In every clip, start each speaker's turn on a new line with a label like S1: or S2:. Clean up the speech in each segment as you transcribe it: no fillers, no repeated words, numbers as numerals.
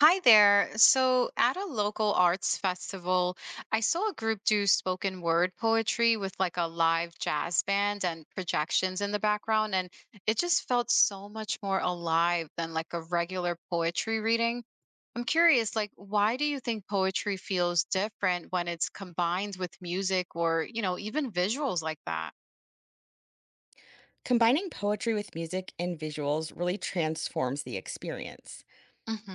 S1: Hi there. So, at a local arts festival, I saw a group do spoken word poetry with like a live jazz band and projections in the background. And it just felt so much more alive than like a regular poetry reading. I'm curious, like, why do you think poetry feels different when it's combined with music or even visuals like that?
S2: Combining poetry with music and visuals really transforms the experience.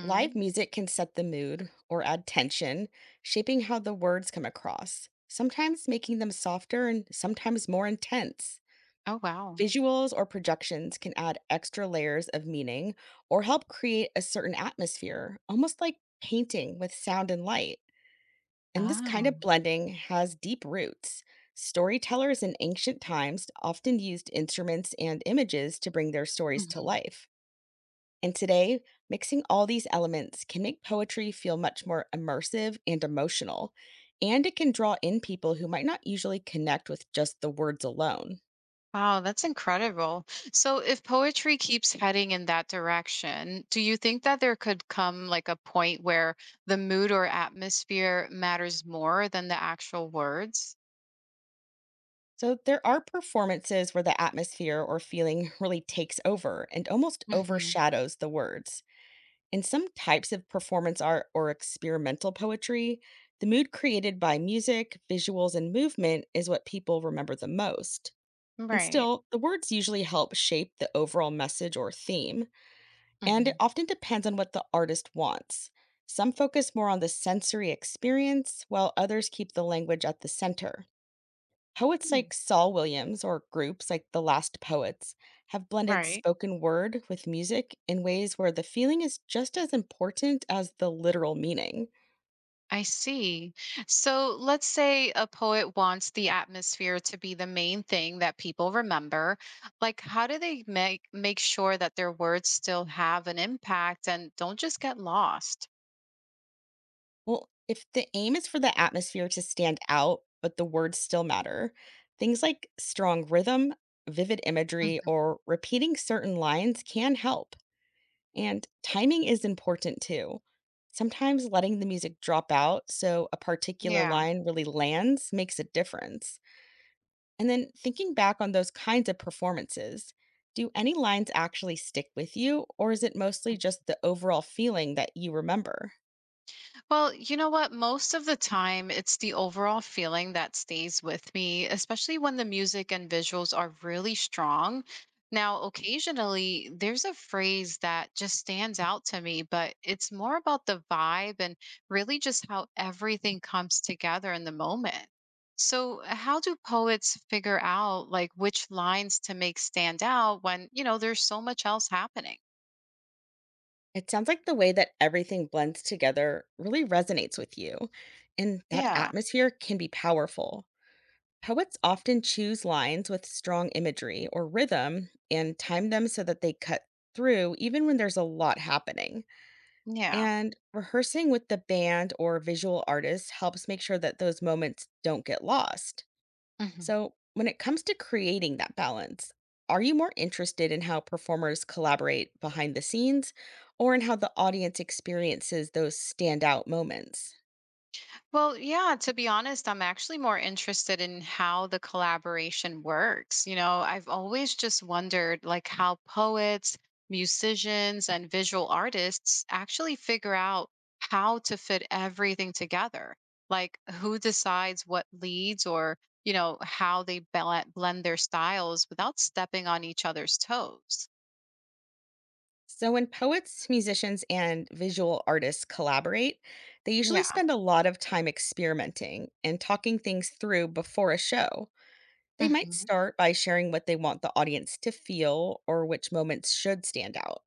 S2: Live music can set the mood or add tension, shaping how the words come across, sometimes making them softer and sometimes more intense.
S1: Oh, wow.
S2: Visuals or projections can add extra layers of meaning or help create a certain atmosphere, almost like painting with sound and light. And this kind
S1: Wow.
S2: of blending has deep roots. Storytellers in ancient times often used instruments and images to bring their stories to life. And today, mixing all these elements can make poetry feel much more immersive and emotional. And it can draw in people who might not usually connect with just the words alone.
S1: Wow, that's incredible. So, if poetry keeps heading in that direction, do you think that there could come like a point where the mood or atmosphere matters more than the actual words?
S2: So, there are performances where the atmosphere or feeling really takes over and almost
S1: Hmm.
S2: overshadows the words. In some types of performance art or experimental poetry, the mood created by music, visuals, and movement is what people remember the most. And
S1: Right.
S2: still, the words usually help shape the overall message or theme, and it
S1: Hmm.
S2: often depends on what the artist wants. Some focus more on the sensory experience, while others keep the language at the center. Poets like Saul Williams or groups like The Last Poets have blended
S1: Right.
S2: spoken word with music in ways where the feeling is just as important as the literal meaning.
S1: I see. So, let's say a poet wants the atmosphere to be the main thing that people remember. Like, how do they make sure that their words still have an impact and don't just get lost?
S2: Well, if the aim is for the atmosphere to stand out, but the words still matter, things like strong rhythm, vivid imagery,
S1: Mhm.
S2: or repeating certain lines can help. And timing is important too. Sometimes letting the music drop out so a particular
S1: Yeah.
S2: line really lands makes a difference. And then thinking back on those kinds of performances, do any lines actually stick with you, or is it mostly just the overall feeling that you remember?
S1: Well, you know what? Most of the time, it's the overall feeling that stays with me, especially when the music and visuals are really strong. Now, occasionally, there's a phrase that just stands out to me, but it's more about the vibe and really just how everything comes together in the moment. So, how do poets figure out like which lines to make stand out when there's so much else happening?
S2: It sounds like the way that everything blends together really resonates with you, and that
S1: Yeah,
S2: atmosphere can be powerful. Poets often choose lines with strong imagery or rhythm and time them so that they cut through even when there's a lot happening.
S1: yeah.
S2: And rehearsing with the band or visual artist helps make sure that those moments don't get lost.
S1: Mhm.
S2: So, when it comes to creating that balance, are you more interested in how performers collaborate behind the scenes or in how the audience experiences those standout moments?
S1: Well, yeah, to be honest, I'm actually more interested in how the collaboration works. I've always just wondered like how poets, musicians, and visual artists actually figure out how to fit everything together. Like who decides what leads or how they blend their styles without stepping on each other's toes.
S2: So, when poets, musicians, and visual artists collaborate, they usually
S1: Yeah.
S2: spend a lot of time experimenting and talking things through before a show. They might
S1: Hmm.
S2: start by sharing what they want the audience to feel or which moments should stand out.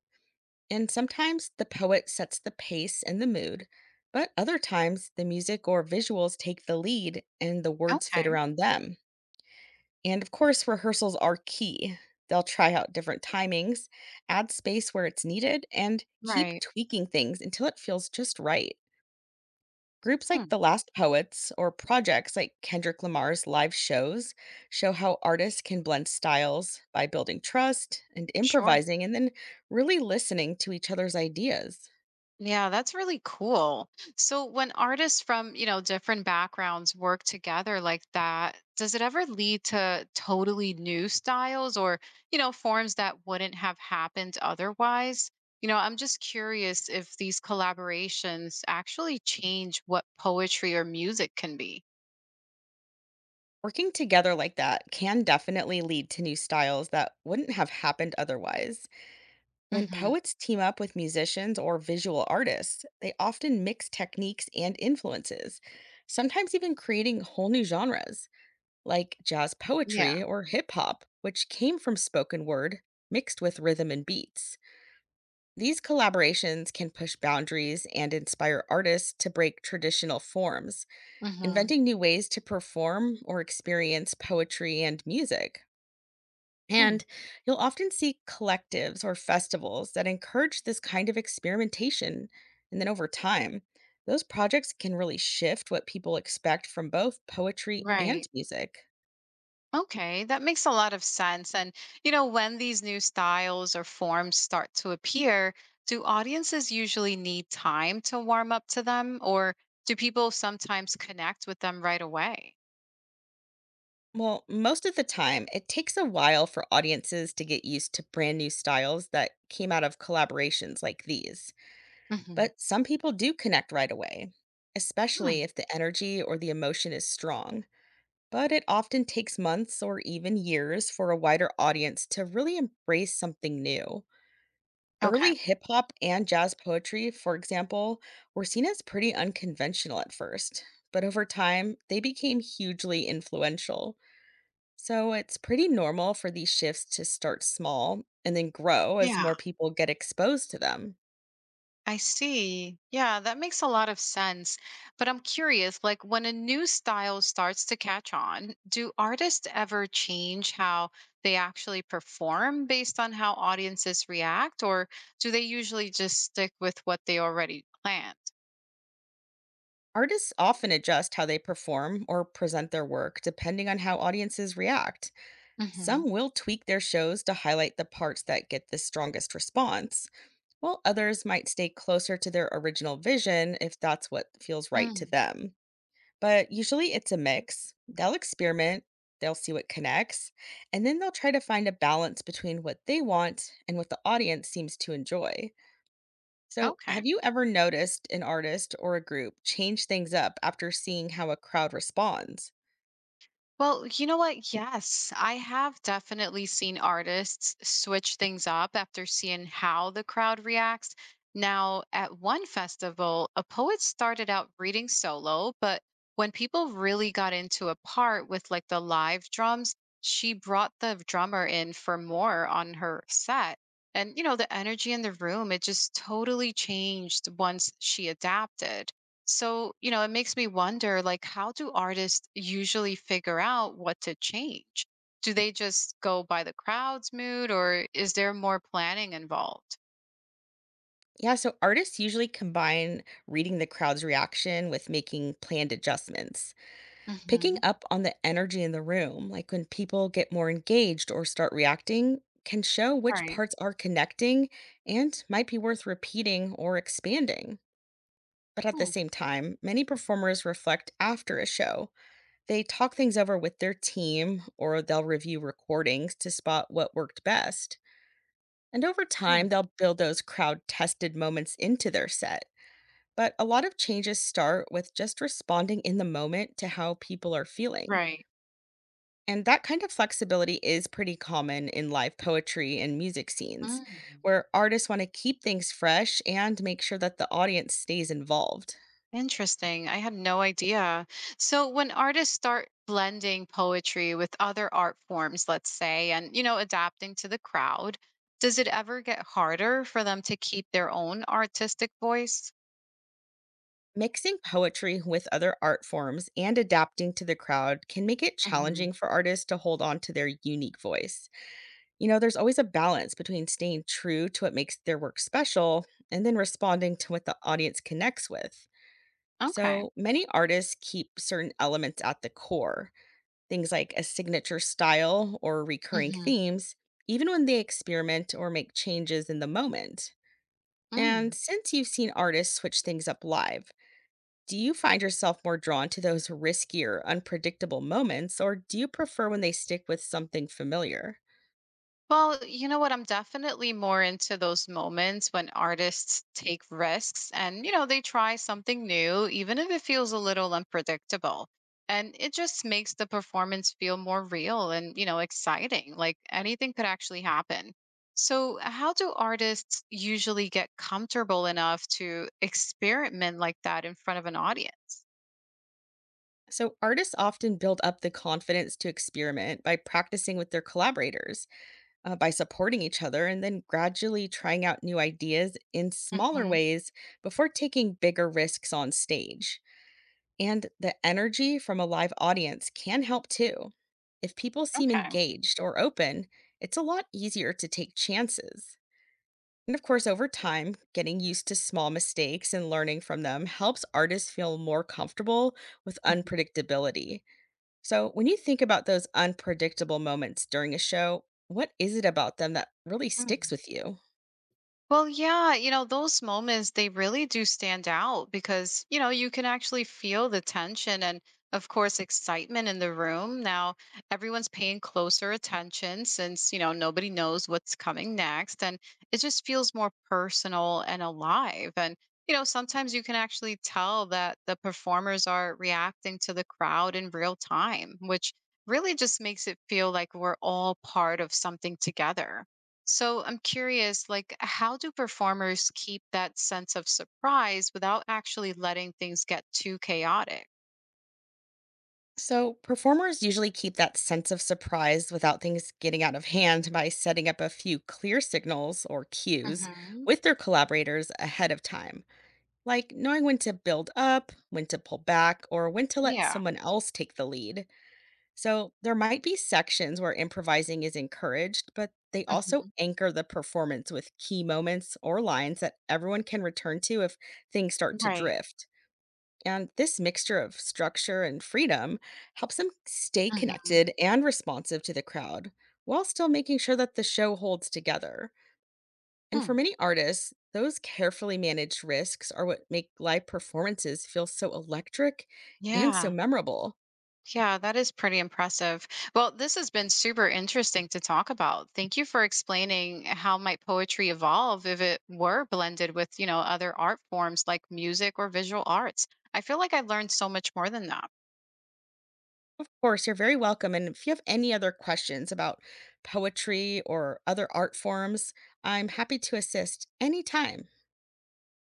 S2: And sometimes the poet sets the pace and the mood, but other times the music or visuals take the lead and the words fit
S1: Okay.
S2: around them. And of course, rehearsals are key. They'll try out different timings, add space where it's needed, and keep
S1: Right.
S2: tweaking things until it feels just right. Groups
S1: Hmm.
S2: like The Last Poets or projects like Kendrick Lamar's live shows show how artists can blend styles by building trust and
S1: Sure.
S2: improvising and then really listening to each other's ideas.
S1: Yeah, that's really cool. So when artists from different backgrounds work together like that, does it ever lead to totally new styles or forms that wouldn't have happened otherwise? I'm just curious if these collaborations actually change what poetry or music can be.
S2: Working together like that can definitely lead to new styles that wouldn't have happened otherwise. When
S1: Mhm.
S2: poets team up with musicians or visual artists, they often mix techniques and influences, sometimes even creating whole new genres, like jazz
S1: Yeah.
S2: poetry or hip hop, which came from spoken word mixed with rhythm and beats. These collaborations can push boundaries and inspire artists to break traditional forms,
S1: Mhm.
S2: inventing new ways to perform or experience poetry and music.
S1: Hmm.
S2: And you'll often see collectives or festivals that encourage this kind of experimentation. And then over time, those projects can really shift what people expect from both poetry
S1: Right.
S2: and music.
S1: Okay, that makes a lot of sense. And when these new styles or forms start to appear, do audiences usually need time to warm up to them, or do people sometimes connect with them right away?
S2: Well, most of the time, it takes a while for audiences to get used to brand new styles that came out of collaborations like these.
S1: Hmm.
S2: But some people do connect right away,
S1: Hmm.
S2: especially if the energy or the emotion is strong. But it often takes months or even years for a wider audience to really embrace something new.
S1: Okay.
S2: Early hip hop and jazz poetry, for example, were seen as pretty unconventional at first, but over time, they became hugely influential. So it's pretty normal for these shifts to start small and then grow as
S1: Yeah.
S2: more people get exposed to them.
S1: I see. Yeah, that makes a lot of sense. But I'm curious, like when a new style starts to catch on, do artists ever change how they actually perform based on how audiences react, or do they usually just stick with what they already planned?
S2: Artists often adjust how they perform or present their work depending on how audiences react.
S1: Hmm.
S2: Some will tweak their shows to highlight the parts that get the strongest response, while others might stay closer to their original vision if that's what feels right to
S1: Mm,
S2: them. But usually it's a mix. They'll experiment, they'll see what connects, and then they'll try to find a balance between what they want and what the audience seems to enjoy. So,
S1: okay.
S2: have you ever noticed an artist or a group change things up after seeing how a crowd responds?
S1: Well, you know what? Yes, I have definitely seen artists switch things up after seeing how the crowd reacts. Now, at one festival, a poet started out reading solo, but when people really got into a part with like the live drums, she brought the drummer in for more on her set. And the energy in the room, it just totally changed once she adapted. So, it makes me wonder like how do artists usually figure out what to change? Do they just go by the crowd's mood or is there more planning involved?
S2: Yeah, so artists usually combine reading the crowd's reaction with making planned adjustments, picking
S1: Hmm.
S2: up on the energy in the room, like when people get more engaged or start reacting. Can show which
S1: Right.
S2: parts are connecting and might be worth repeating or expanding. But at the
S1: Hmm,
S2: same time, many performers reflect after a show. They talk things over with their team or they'll review recordings to spot what worked best. And over
S1: hmm.
S2: time, they'll build those crowd tested moments into their set. But a lot of changes start with just responding in the moment to how people are feeling.
S1: Right.
S2: And that kind of flexibility is pretty common in live poetry and music scenes,
S1: Mm.
S2: where artists want to keep things fresh and make sure that the audience stays involved.
S1: Interesting. I had no idea. So when artists start blending poetry with other art forms, let's say, and adapting to the crowd, does it ever get harder for them to keep their own artistic voice?
S2: Mixing poetry with other art forms and adapting to the crowd can make it
S1: Hmm.
S2: challenging for artists to hold on to their unique voice. You know, there's always a balance between staying true to what makes their work special and then responding to what the audience connects with.
S1: Okay.
S2: So many artists keep certain elements at the core, things like a signature style or recurring
S1: Mhm.
S2: themes, even when they experiment or make changes in the moment.
S1: Mm.
S2: And since you've seen artists switch things up live, do you find yourself more drawn to those riskier, unpredictable moments, or do you prefer when they stick with something familiar?
S1: Well, you know what? I'm definitely more into those moments when artists take risks and they try something new, even if it feels a little unpredictable. And it just makes the performance feel more real and exciting. Like anything could actually happen. So, how do artists usually get comfortable enough to experiment like that in front of an audience?
S2: So, artists often build up the confidence to experiment by practicing with their collaborators, by supporting each other, and then gradually trying out new ideas in smaller
S1: Hmm.
S2: ways before taking bigger risks on stage. And the energy from a live audience can help too. If people seem
S1: Okay.
S2: engaged or open, it's a lot easier to take chances. And of course, over time, getting used to small mistakes and learning from them helps artists feel more comfortable with
S1: Mhm.
S2: unpredictability. So, when you think about those unpredictable moments during a show, what is it about them that really
S1: Mm.
S2: sticks with you?
S1: Well, yeah, those moments, they really do stand out because you can actually feel the tension and, of course, excitement in the room. Now, everyone's paying closer attention since nobody knows what's coming next. And it just feels more personal and alive. And sometimes you can actually tell that the performers are reacting to the crowd in real time, which really just makes it feel like we're all part of something together. So I'm curious, like, how do performers keep that sense of surprise without actually letting things get too chaotic?
S2: So, performers usually keep that sense of surprise without things getting out of hand by setting up a few clear signals or cues
S1: Hmm.
S2: with their collaborators ahead of time, like knowing when to build up, when to pull back, or when to let
S1: Yeah.
S2: someone else take the lead. So, there might be sections where improvising is encouraged, but they also
S1: Hmm.
S2: anchor the performance with key moments or lines that everyone can return to if things start to
S1: Right.
S2: drift. And this mixture of structure and freedom helps him stay
S1: Hmm.
S2: connected and responsive to the crowd while still making sure that the show holds together. And for
S1: Hmm.
S2: many artists, those carefully managed risks are what make live performances feel so electric and so
S1: Yeah.
S2: memorable.
S1: Yeah, that is pretty impressive. Well, this has been super interesting to talk about. Thank you for explaining how might poetry evolve if it were blended with other art forms like music or visual arts. I feel like I learned so much more than that.
S2: Of course, you're very welcome. And if you have any other questions about poetry or other art forms, I'm happy to assist anytime.